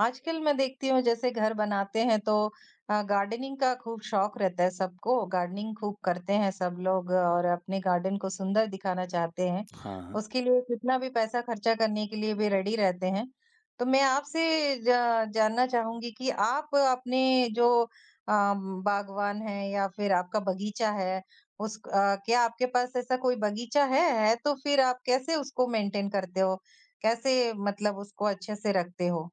आजकल मैं देखती हूँ जैसे घर बनाते हैं तो गार्डनिंग का खूब शौक रहता है सबको। गार्डनिंग खूब करते हैं सब लोग, और अपने गार्डन को सुंदर दिखाना चाहते हैं। हाँ, हाँ। उसके लिए कितना भी पैसा खर्चा करने के लिए भी रेडी रहते हैं। तो मैं आपसे जानना चाहूंगी कि आप अपने जो बागवान है, या फिर आपका बगीचा है, क्या आपके पास ऐसा कोई बगीचा है? तो फिर आप कैसे उसको मेंटेन करते हो? कैसे मतलब उसको अच्छे से रखते हो?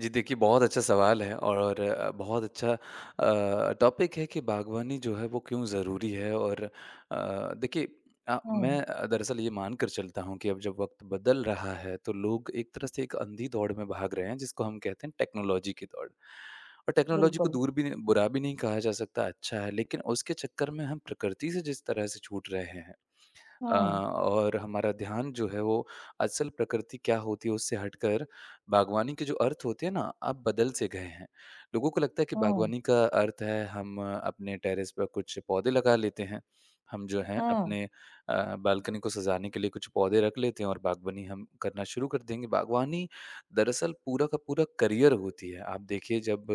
जी, देखिए, बहुत अच्छा सवाल है और बहुत अच्छा टॉपिक है कि बागवानी जो है वो क्यों ज़रूरी है। और देखिए, हुँ, मैं दरअसल ये मानकर चलता हूँ कि अब जब वक़्त बदल रहा है तो लोग एक तरह से एक अंधी दौड़ में भाग रहे हैं, जिसको हम कहते हैं टेक्नोलॉजी की दौड़। और टेक्नोलॉजी को बिल्कुल। दूर भी नहीं, बुरा भी नहीं कहा जा सकता, अच्छा है लेकिन उसके चक्कर में हम प्रकृति से जिस तरह से छूट रहे हैं। हुँ, और हमारा ध्यान जो है वो असल प्रकृति क्या होती है उससे हटकर बागवानी के जो अर्थ होते हैं ना, अब बदल से गए हैं। लोगों को लगता है कि हुँ, बागवानी का अर्थ है हम अपने टेरेस पर कुछ पौधे लगा लेते हैं, हम जो है हुँ, अपने बालकनी को सजाने के लिए कुछ पौधे रख लेते हैं और बागवानी हम करना शुरू कर देंगे। बागवानी दरअसल पूरा का पूरा करियर होती है। आप देखिए, जब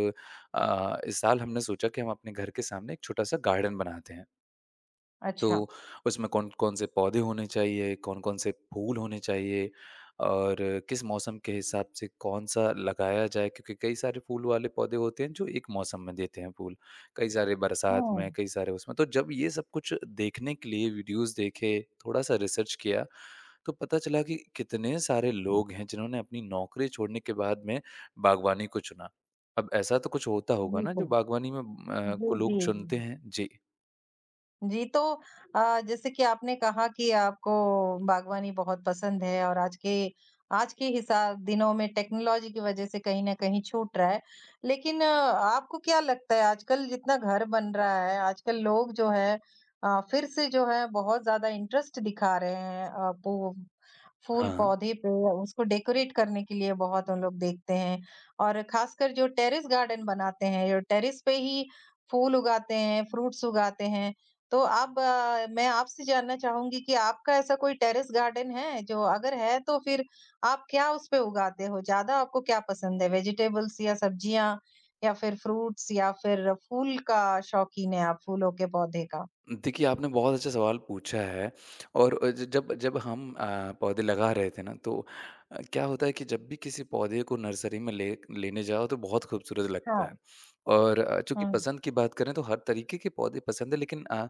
इस साल हमने सोचा कि हम अपने घर के सामने एक छोटा सा गार्डन बनाते हैं, तो अच्छा। उसमें कौन-कौन से पौधे होने चाहिए, कौन-कौन से फूल होने चाहिए और किस मौसम के हिसाब से कौन-सा लगाया जाए, क्योंकि कई सारे फूल वाले पौधे होते हैं जो एक मौसम में देते हैं फूल, कई सारे बरसात में, हुँ, कई सारे उसमें। तो जब ये सब कुछ देखने के लिए वीडियोज़ देखे, थोड़ा-सा रिसर्च किया, तो पता चला कि कितने सारे लोग हैं जिन्होंने अपनी नौकरी छोड़ने के बाद में बागवानी को चुना। अब ऐसा तो कुछ होता होगा ना जो बिल्कुल। बागवानी में जी, को लोग जी। चुनते हैं? जी। जी, तो जैसे कि आपने कहा कि आपको बागवानी बहुत पसंद है, और आज के हिसा दिनों में टेक्नोलॉजी की वज़ह से कहीं न कहीं छूट रहा है। लेकिन आपको क्या लगता है, आजकल जितना घर बन रहा है, आजकल लोग जो है फिर से जो है बहुत ज़्यादा इंटरेस्ट दिखा रहे हैं अ, पू फूल हाँ। पौधे पे, उसको डेकोरेट करने के लिए बहुत उन लोग देखते हैं। और ख़ासकर जो टेरेस गार्डन बनाते हैं, जो टेरेस पे ही फूल उगाते हैं, फ्रूट्स उगाते हैं। तो मैं आपसे जानना चाहूँगी कि आपका ऐसा कोई टेरेस गार्डन है? जो अगर है तो फिर आप क्या उसपे उगाते हो? ज़्यादा आपको क्या पसंद है? वेजिटेबल्स या सब्जियाँ, या फिर फ्रूट्स, या फिर फूल का शौकीन है आप, फूलों के पौधे का? देखिए, आपने बहुत अच्छा सवाल पूछा है और अ, ज जब जब हम पौधे लगा रहे थे ना, तो क्या होता है कि जब भी किसी पौधे को नर्सरी में ले लेने जाओ तो बहुत खूबसूरत हाँ, लगता है। और चूँकि हुँ, पसंद की बात करें तो हर तरीके के पौधे पसंद है, लेकिन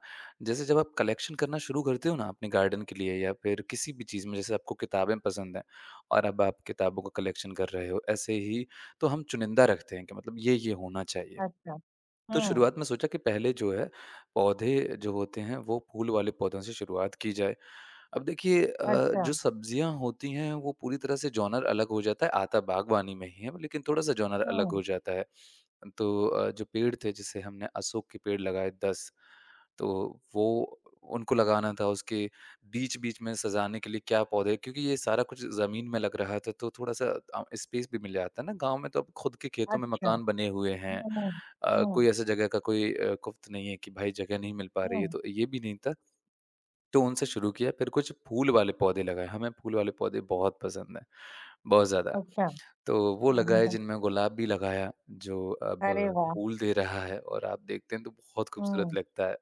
जैसे जब आप कलेक्शन करना शुरू करते हो ना अपने गार्डन के लिए या फिर किसी भी चीज़ में, जैसे आपको किताबें पसंद हैं और अब आप किताबों का कलेक्शन कर रहे हो, ऐसे ही तो हम चुनिंदा रखते हैं कि मतलब ये होना चाहिए। अच्छा। तो हुँ, शुरुआत में सोचा कि पहले जो है, पौधे जो होते हैं वो फूल वाले पौधों से शुरुआत की जाए। अब देखिए, अच्छा, जो सब्जियाँ होती हैं वो पूरी तरह से जॉनर अलग हो जाता है, आता बागवानी में ही है लेकिन थोड़ा-सा जॉनर अलग हुँ, हो जाता है। तो जो पेड़ थे, जैसे हमने अशोक के पेड़ लगाए 10, तो वो उनको लगाना था, उसके बीच-बीच में सजाने के लिए क्या पौधे, क्योंकि ये सारा कुछ ज़मीन में लग रहा था तो थोड़ा-सा स्पेस भी मिल जाता है ना, गाँव में तो अब खुद के खेतों में अच्छा, मकान बने हुए हैं। हुँ, हुँ, हुँ, कोई ऐसा जगह का कोई कुफ्त नहीं है कि भाई जगह नहीं मिल पा रही है, हुँ, तो ये भी नहीं था। तो उनसे शुरू किया, फिर कुछ फूल वाले पौधे लगाए, हमें फूल वाले पौधे बहुत पसंद हैं, बहुत ज़्यादा। अच्छा। तो वो हम्म, लगाए, हम्म, जिनमें गुलाब भी लगाया, जो अब अरे वाह! फूल दे रहा है और आप देखते हैं तो बहुत खूबसूरत हुँ, लगता है।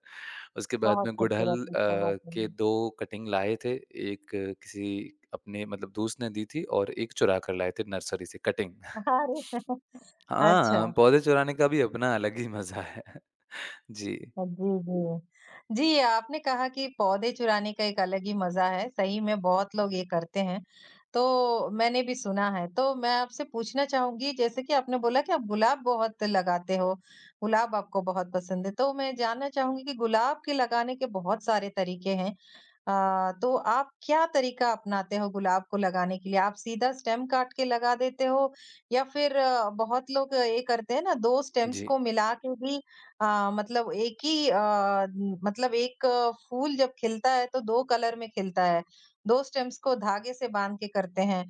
उसके बाद बहुत में गुड़हल खूबसूरत लगता है वाक़ई के में। 2 कटिंग लाए थे, एक किसी अपने मतलब दोस्त ने दी थी और एक चुरा कर लाए थे नर्सरी से कटिंग। अरे! अच्छा। हाँ, पौधे चुराने का भी अपना अलग ही मज़ा है। जी, हाँ जी, जी। जी, आपने कहा कि पौधे चुराने का एक अलग ही मज़ा है, सही में बहुत लोग ये करते हैं, तो मैंने भी सुना है। तो मैं आपसे पूछना चाहूँगी, जैसे कि आपने बोला कि आप गुलाब बहुत लगाते हो, गुलाब आपको बहुत पसंद है, तो मैं जानना चाहूँगी कि गुलाब के लगाने के बहुत सारे तरीके हैं। अ, तो आप क्या तरीका अपनाते हो गुलाब को लगाने के लिए? आप सीधा स्टेम काट के लगा देते हो, या फिर बहुत लोग ये करते हैं ना, 2 स्टेम्स जी। को मिला के भी, अ, मतलब एक ही अ, मतलब एक फूल जब खिलता है तो 2 कलर में खिलता है। 2 स्टेम्स को धागे से बांध के करते हैं।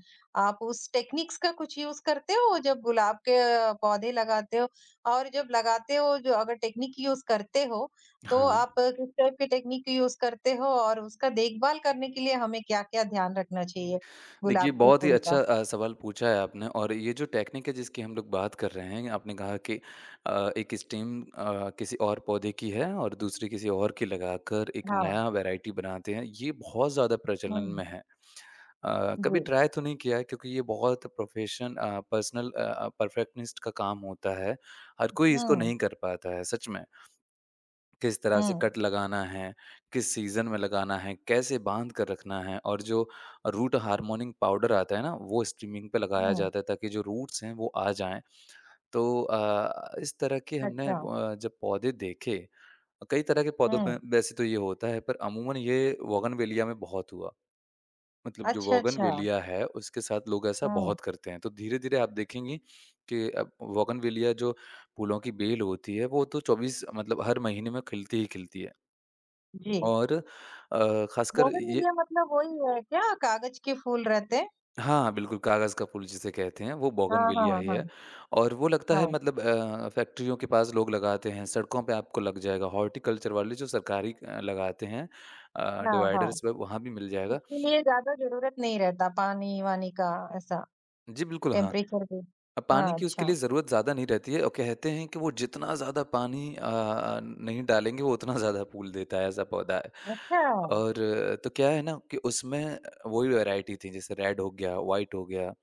आप उस टेक्निक्स का कुछ यूज़ करते हो जब गुलाब के पौधे लगाते हो? और जब लगाते हो, जो अगर टेक्निक यूज़ करते हो, तो हाँ, आप किस टाइप की टेक्निक यूज़ करते हो, और उसका देखभाल करने के लिए हमें क्या-क्या ध्यान रखना चाहिए देखिए, गुलाब के बहुत ही फूल का? अच्छा सवाल पूछा है आपने। और ये जो टेक्निक है जिसकी हम लोग बात कर रहे हैं, आपने कहा कि एक स्टेम किसी और पौधे की है और दूसरी किसी और की लगाकर एक हाँ, नया वैरायटी बनाते हैं, ये बहुत ज़्यादा प्रचलन हुँ, में है। जी। कभी ट्राई तो नहीं किया है, क्योंकि ये बहुत प्रोफेशन पर्सनल परफेक्शनिस्ट का काम होता है, हर कोई इसको हुँ, नहीं कर पाता है, सच में। किस तरह से हुँ, कट लगाना है, किस सीज़न में लगाना है, कैसे बाँध कर रखना है और जो रूट हार्मोनिंग पाउडर आता है ना, वो स्ट्रीमिंग पे लगाया हुँ, जाता है ताकि जो रूट्स हैं वो आ जाएँ। तो इस तरह के हमने अच्छा, जब पौधे देखे, कई तरह के पौधों में हुँ, वैसे तो ये होता है पर अमूमन ये बोगनवेलिया में बहुत हुआ। मतलब जो अच्छा, अच्छा, बोगनवेलिया है, उसके साथ लोग ऐसा हुँ, बहुत करते हैं। तो धीरे-धीरे आप देखेंगी कि अब बोगनवेलिया जो फूलों की बेल होती है वो तो 24 मतलब हर महीने में खिलती ही खिलती है। जी। और ख़ासकर ये बोगनविलिया मतलब वही है क्या, कागज़ के फूल रहते हैं? हाँ, बिल्कुल कागज़ का पुल जिसे कहते हैं, वो हाँ, बोगनविलिया हाँ, ही हाँ, है, और वो लगता है हाँ, मतलब फैक्ट्रियों के पास लोग लगाते हैं, सड़कों पे आपको लग जाएगा, हॉर्टिकल्चर वाले जो सरकारी लगाते हैं, हाँ, हाँ। डिवाइडर्स पे वहाँ भी मिल जाएगा। उसके लिए ज़्यादा ज़रूरत नहीं रहता पानी-वानी का, ऐसा जी, बिल्कुल हाँ। टेम्परेचर भी। पानी हाँ, की उसके अच्छा, लिए ज़रूरत ज़्यादा नहीं रहती है, और कहते हैं कि वो जितना ज़्यादा पानी नहीं डालेंगे वो उतना ज़्यादा फूल देता है, ऐसा पौधा है। अच्छा, और तो क्या है ना कि उसमें वही वैराइटी थी, जैसे रेड हो गया, व्हाइट हो गया।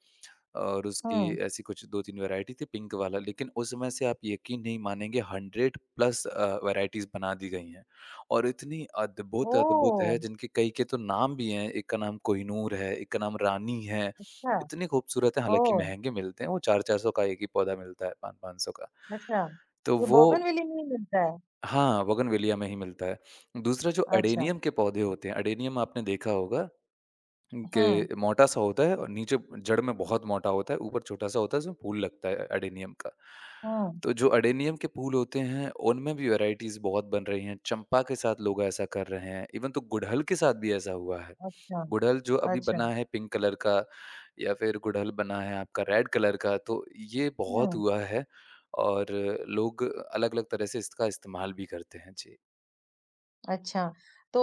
और उसकी हुँ, ऐसी कुछ 2-3 वैरायटी थी, पिंक वाला। लेकिन उस समय से आप यकीन नहीं मानेंगे, 100 प्लस वैराइटीज़ बना दी गई हैं और इतनी अद्भुत-अद्भुत ओह! है जिनके कई के तो नाम भी हैं, एक का नाम कोहिनूर है, एक का नाम रानी है, अच्छा, इतने खूबसूरत हैं। हालाँकि ओह! महँगे मिलते हैं, वो 4-400 का एक ही पौधा मिलता है, 5-500 का। अच्छा, तो ये वो, बोगनविले में ही मिलता है? हाँ, बोगनवेलिया में ही मिलता है। दूसरा जो अच्छा, अडेनियम के पौधे होते हैं, अडेनियम आपने देखा होगा, हुँ, के मोटा सा होता है और नीचे जड़ में बहुत मोटा होता है, ऊपर छोटा-सा होता है, उसमें फूल लगता है अडेनियम का। हुँ, तो जो अडेनियम के फूल होते हैं, उनमें भी वैराइटीज़ बहुत बन रही हैं, चंपा के साथ लोग ऐसा कर रहे हैं, इवन तो गुड़हल के साथ भी ऐसा हुआ है। अच्छा, गुड़हल जो अभी अच्छा, बना है पिंक कलर का, या फिर गुड़हल बना है आपका रेड कलर का, तो ये बहुत हुँ। हुआ है और लोग अलग-अलग तरह से इसका इस्तेमाल भी करते हैं। जी। अच्छा, तो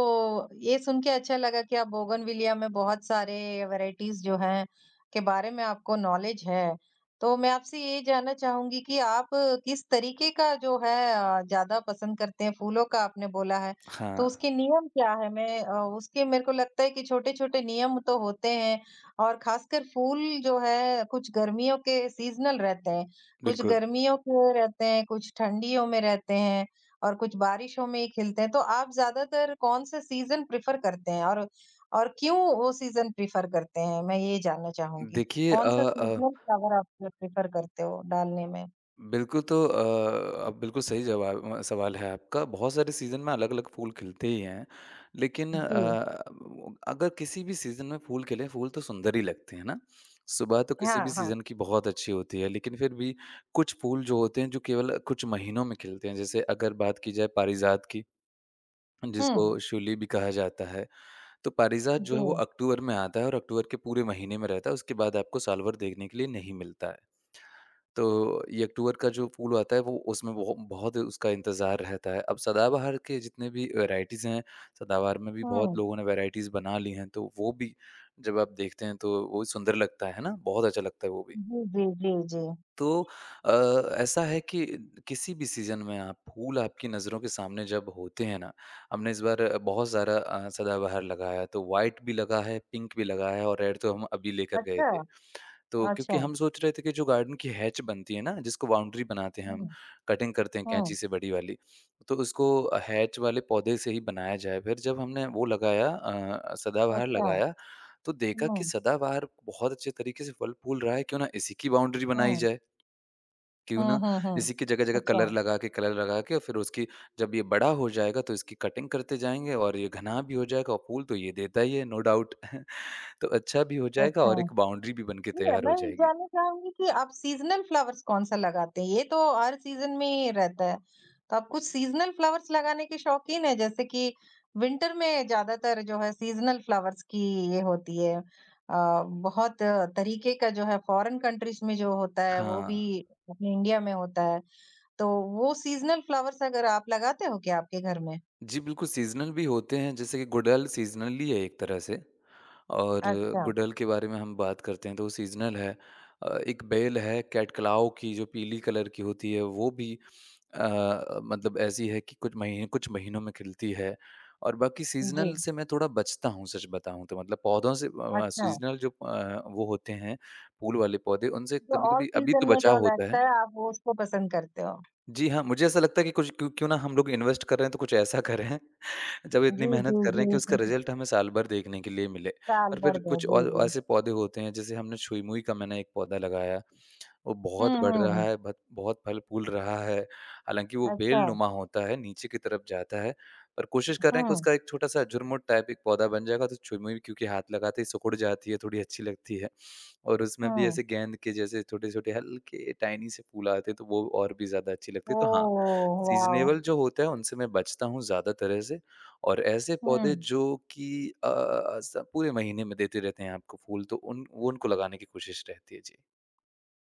ये सुन के अच्छा लगा कि आप बोगनविलिया में बहुत सारे वैराइटीज़ जो हैं, के बारे में आपको नॉलेज है। तो मैं आपसे ये जानना चाहूँगी कि आप किस तरीके का जो है ज़्यादा पसंद करते हैं? फूलों का आपने बोला है, हाँ, तो उसके नियम क्या हैं? मैं अ, उसके मेरे को लगता है कि छोटे-छोटे नियम तो होते हैं, और ख़ासकर फूल जो है, कुछ गर्मियों के सीज़नल रहते हैं, कुछ बिल्कुल। गर्मियों के रहते हैं, कुछ ठंडियों में रहते हैं। और कुछ बारिशों में खिलते हैं। तो आप ज़्यादातर कौन से सीज़न प्रेफ़र करते हैं, और क्यों वो सीज़न प्रेफ़र करते हैं? मैं ये जानना चाहूँगी। देखिए कौन सा सीज़नल फ्लावर आप प्रेफ़र करते हो डालने में? बिल्कुल, तो अब बिल्कुल सही जवाब सवाल है आपका। बहुत सारे सीज़न में अलग-अलग फूल खिलते ही हैं। लेकिन जी। अगर किसी भी सीज़न में फूल खिले, फूल तो सुंदर ही लगते हैं ना। सुबह तो किसी भी हाँ, हाँ। सीज़न की बहुत अच्छी होती है, लेकिन फिर भी कुछ फूल जो होते हैं, जो केवल कुछ महीनों में खिलते हैं। जैसे अगर बात की जाए पारिजात की, जिसको हुँ। शूली भी कहा जाता है। तो पारिज़ात जो जी। है वो अक्टूबर में आता है और अक्टूबर के पूरे महीने में रहता है, उसके बाद आपको साल भर देखने के लिए नहीं मिलता है। तो ये अक्टूबर का जो फूल आता है वो उसमें बहुत उसका इंतज़ार रहता है। अब सदाबहार के जितने भी वैराइटीज़ हैं, सदाबहार में भी हुँ। बहुत लोगों ने वैराइटीज़ बना ली हैं, तो वो भी जब आप देखते हैं तो वो सुंदर लगता है ना? बहुत अच्छा लगता है वो भी। जी, जी, जी, जी। तो अ, ऐसा है कि किसी भी सीज़न में आप फूल आपकी नज़रों के सामने जब होते हैं ना, हमने इस बार बहुत सारा सदाबहार लगाया, तो व्हाइट भी लगा है, पिंक भी लगा है और रेड तो हम अभी लेकर गए अच्छा, थे। तो अच्छा। क्योंकि हम सोच रहे थे कि जो गार्डन की हैच बनती है ना, जिसको बाउंड्री बनाते हैं हम, हुँ, कटिंग करते हैं हुँ। कैंची से बड़ी वाली, तो उसको हैच वाले पौधे से ही बनाया जाए। फिर जब हमने वो लगाया सदाबहार अच्छा। लगाया, तो देखा कि हुँ, सदाबहार बहुत अच्छे तरीके से फल फूल रहा है, क्यों ना इसी की बाउंड्री बनाई हुँ। जाए। क्यों हुँ, ना हुँ, हुँ। इसी के जगह-जगह अच्छा, कलर लगा के और फिर उसकी, जब ये बड़ा हो जाएगा तो इसकी कटिंग करते जाएँगे और ये घना भी हो जाएगा और फूल तो ये देता ही है, नो डाउट। तो अच्छा भी हो जाएगा अच्छा। और एक बाउंड्री भी बन के जी, तैयार हो मैं ये जाएगी। जानना चाहूँगी कि आप सीज़नल फ्लावर्स कौन-सा लगाते हैं? ये तो हर सीज़न में ही रहता है। तो आप कुछ सीज़नल फ्लावर्स लगाने के शौकीन हैं? जैसे कि विंटर में ज़्यादातर जो है सीज़नल फ्लावर्स की ये होती है, बहुत तरीके का जो है फ़ॉरेन कंट्रीज़ में जो होता है, वो हाँ। भी अपने इंडिया में होता है। तो वो सीज़नल फ्लावर्स अगर आप लगाते हो क्या आपके घर में? जी, बिल्कुल सीज़नल भी होते हैं, जैसे कि गुड़हल सीज़नल ही है एक तरह से, और अच्छा, गुड़हल के बारे में हम बात करते हैं तो वो सीज़नल है। एक बेल है कैटकलाओ की जो पीली कलर की होती है, वो भी मतलब ऐसी है कि कुछ महीने कुछ महीनों में खिलती है, और बाकी सीज़नल जी, से मैं थोड़ा बचता हूँ, सच बताऊँ तो, मतलब पौधों से, अच्छा। सीज़नल जो वो होते हैं फूल वाले पौधे, उनसे तो ऑल कभी-कभी अभी तो सीज़न में जो बचाव होता लगता है। है, आप वो उसको पसंद करते हो। जी हाँ, मुझे ऐसा लगता है कि कुछ क्यों क्यों ना हम लोग इन्वेस्ट कर रहे हैं तो कुछ ऐसा करें। जब इतनी जी, मेहनत जी, कर रहे हैं कि उसका जी। रिज़ल्ट हमें साल भर देखने के लिए मिले। साल और भर फिर का कुछ जी, और जी। ऐसे पौधे होते हैं, जैसे हमने छुई-मुई का मैंने एक पौधा लगाया, वो हुँ, बहुत बढ़ रहा हुँ। है, बत बहुत फल फूल रहा है। हालाँकि वो अच्छा। बेलनुमा होता है, नीचे की तरफ जाता है और कोशिश कर रहे हैं कि हुँ, उसका एक छोटा-सा झुरमुट टाइप एक पौधा बन जाएगा, तो छुई मुई क्योंकि हाथ लगाते ही सिकुड़ जाती है, थोड़ी अच्छी लगती है। और उसमें भी हुँ। ऐसे गेंद के जैसे छोटे-छोटे हल्के टाइनी से फूल आते हैं, तो वो और भी ज़्यादा अच्छी लगती है। तो हाँ, ओह वाओ! सीज़नेबल जो होता है, उनसे मैं बचता हूँ ज़्यादा तरह से और ऐसे पौधे हुँ। जो कि स पूरे महीने में देते रहते हैं आपको फूल, तो उन वो उनको लगाने की कोशिश रहती है। जी।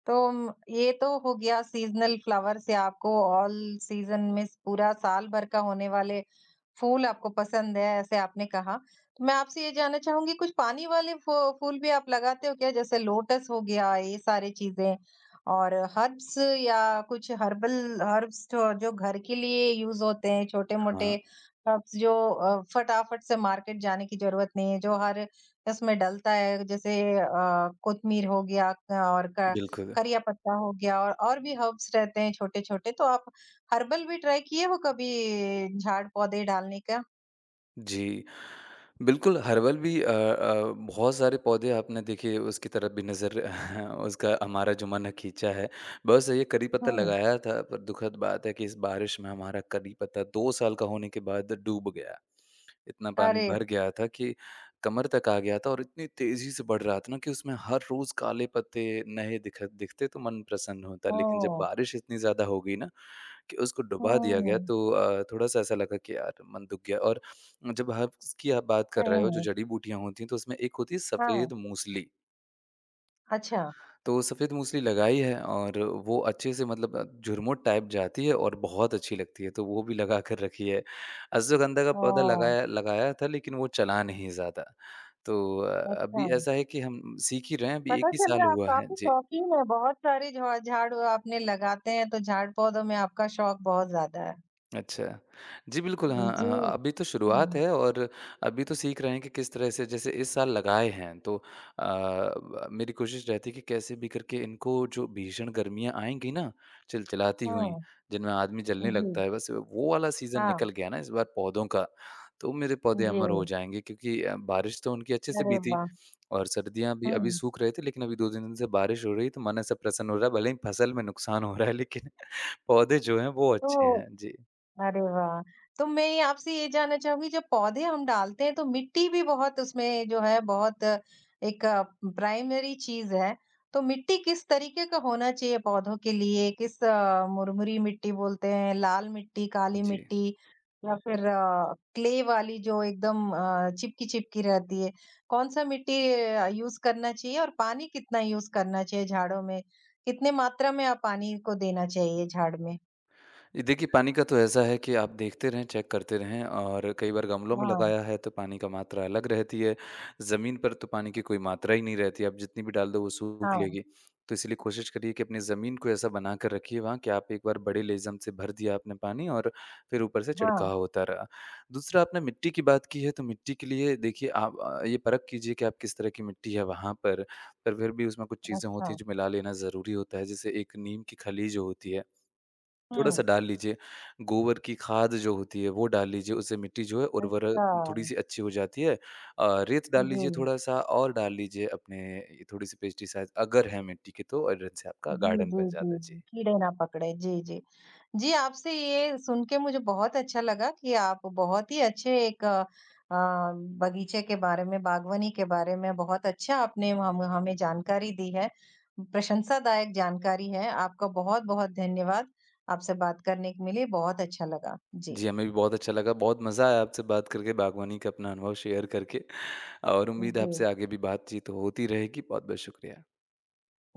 तो म ये तो हो गया सीज़नल फ्लावर से, आपको ऑल सीज़न में स पूरा साल भर का होने वाले फूल आपको पसंद है, ऐसे आपने कहा। तो मैं आपसे ये जानना चाहूँगी, कुछ पानी वाले फ फूल भी आप लगाते हो क्या? जैसे लोटस हो गया, ये सारी चीज़ें, और हर्ब्स, या कुछ हर्बल हर्ब्स जो जो घर के लिए यूज़ होते हैं, छोटे-मोटे हाँ, हर्ब्स जो फटाफट से मार्केट जाने की ज़रूरत नहीं है, जो हर इसमें डलता है, जैसे कोत्मीर हो गया, क और क बिल्कुल। करिया पत्ता हो गया, और भी हर्ब्स रहते हैं छोटे-छोटे, तो आप हर्बल भी ट्राई किए हो कभी झाड़ पौधे डालने का? जी। बिल्कुल, हर्बल भी बहुत सारे पौधे आपने देखिए उसकी तरफ भी नज़र उसका हमारा जो मन है खींचा है। बस ये करी पत्ता हुँ। लगाया था पर दुखद बात है कि इस बारिश में हमारा करी पत्ता 2 साल का होने के बाद डूब गया। इतना पानी अरे! भर गया था कि कमर तक आ गया था और इतनी तेज़ी से बढ़ रहा था ना कि उसमें हर रोज़ काले पत्ते नए दिखते तो मन प्रसन्न होता है। लेकिन जब ओह! बारिश इतनी ज़्यादा हो गई ना कि उसको डुबा दिया गया हुँ, तो थोड़ा-सा ऐसा लगा कि यार मन दुःख गया और जब आप बात कर सही रहे हो जो में। जड़ी-बूटियाँ होती हैं तो उसमें एक होती है हाँ, सफ़ेद मूसली। अच्छा। तो सफ़ेद मूसली लगाई है और वो अच्छे से मतलब झुरमुट टाइप जाती है और बहुत अच्छी लगती है तो वो भी लगा कर रखी है। अश्वगंधा का पौधा ओह! लगाया लगाया था लेकिन वो चला नहीं ज़्यादा। तो अ, अच्छा। अभी ऐसा है कि हम सीख ही रहे हैं अभी पता 1 ही चल रहा साल है आप हुआ है। काफ़ी जी। शौकीन हैं, बहुत सारे झा झाड़ आपने लगाते हैं, तो झाड़ पौधों में आपका शौक बहुत ज़्यादा है। अच्छा। जी, बिल्कुल, हाँ, जी। हाँ, अभी तो हुँ, शुरुआत है और अभी तो सीख रहे हैं कि किस तरह से जैसे इस साल लगाए हैं तो अ, ब मेरी कोशिश रहती है कि कैसे भी करके इनको जो भीषण गर्मियाँ आएँगी ना, चिलचिलाती हुई, जिनमें आदमी हुँ, जलने जी, लगता है, बस वो वाला सीज़न हाँ, निकल गया ना इस बार पौधों का, तो मेरे पौधे जी। अमर हो जाएँगे क्योंकि बारिश तो उनकी अच्छे से अरे बीती वाह! और सर्दियाँ भी अभी हुँ, सूख रहे थे, लेकिन अभी 2-3 दिन से बारिश हो रही है, तो मन ऐसा प्रसन्न हो रहा है, भले ही फसल में नुकसान हो रहा है, लेकिन पौधे जो हैं, वो अच्छे तो हैं। जी। अरे वाह! तो मैं ये आपसे ये जानना चाहूँगी, जब पौधे हम डालते हैं तो मिट्टी भी बहुत उसमें जो है, बहुत एक प्राइमरी चीज़ है। तो मिट्टी किस तरीके का होना चाहिए पौधों के लिए? किस मुरमुरी मिट्टी बोलते हैं, लाल मिट्टी, काली जी। मिट्टी, या फिर क्ले वाली जो एकदम चिपकी-चिपकी रहती है। कौन सा मिट्टी यूज़ करना चाहिए, और पानी कितना यूज़ करना चाहिए झाड़ों में? कितने मात्रा में पानी को देना चाहिए झाड़ में? ये देखिए पानी का तो ऐसा है कि आप देखते रहें, चेक करते रहें और कई बार गमलों में हाँ, लगाया है तो पानी का मात्रा अलग रहती है, ज़मीन पर तो पानी की कोई मात्रा ही नहीं रहती, आप जितनी भी डाल दो वो सूख हाँ, लेगी। तो इसीलिए कोशिश करिए कि अपनी ज़मीन को ऐसा बना कर रखिए वहाँ कि आप एक बार बड़े लेज़म से भर दिया आपने पानी और फिर ऊपर से हाँ। छिड़काव होता रहा। दूसरा आपने मिट्टी की बात की है तो मिट्टी के लिए देखिए आप ये परख कीजिए कि आप किस तरह की मिट्टी है वहाँ पर फिर भी उसमें कुछ चीज़ें अच्छा, होती हैं जो मिला लेना ज़रूरी होता है, जैसे एक नीम की खली जो होती है हुँ, थोड़ा-सा डाल लीजिए। गोबर की खाद जो होती है वो डाल लीजिए, उससे मिट्टी जो है उर्वरक अच्छा। थोड़ी-सी अच्छी हो जाती है। रेत डाल लीजिए जी, थोड़ा-सा और डाल लीजिए अपने ये थोड़ी-सी पेस्टिसाइड अगर है मिट्टी के तो और इनसे आपका जी, जी, गार्डन बन जाता जी, है। जी, जी। कीड़े ना पकड़े, जी, जी। जी, आपसे ये सुन के मुझे बहुत अच्छा लगा कि आप बहुत ही अच्छे एक अ, बगीचे के बारे में, बागवानी के बारे में बहुत अच्छा आपने हम हमें जानकारी दी है, प्रशंसादायक जानकारी है। आपका बहुत-बहुत धन्यवाद। आपसे बात करने के मिली, बहुत अच्छा लगा। जी। जी, हमें भी बहुत अच्छा लगा, बहुत मज़ा आया आपसे बात करके, बागवानी का अपना अनुभव शेयर करके और उम्मीद है जी। आपसे आगे भी बातचीत होती रहेगी। बहुत-बहुत शुक्रिया।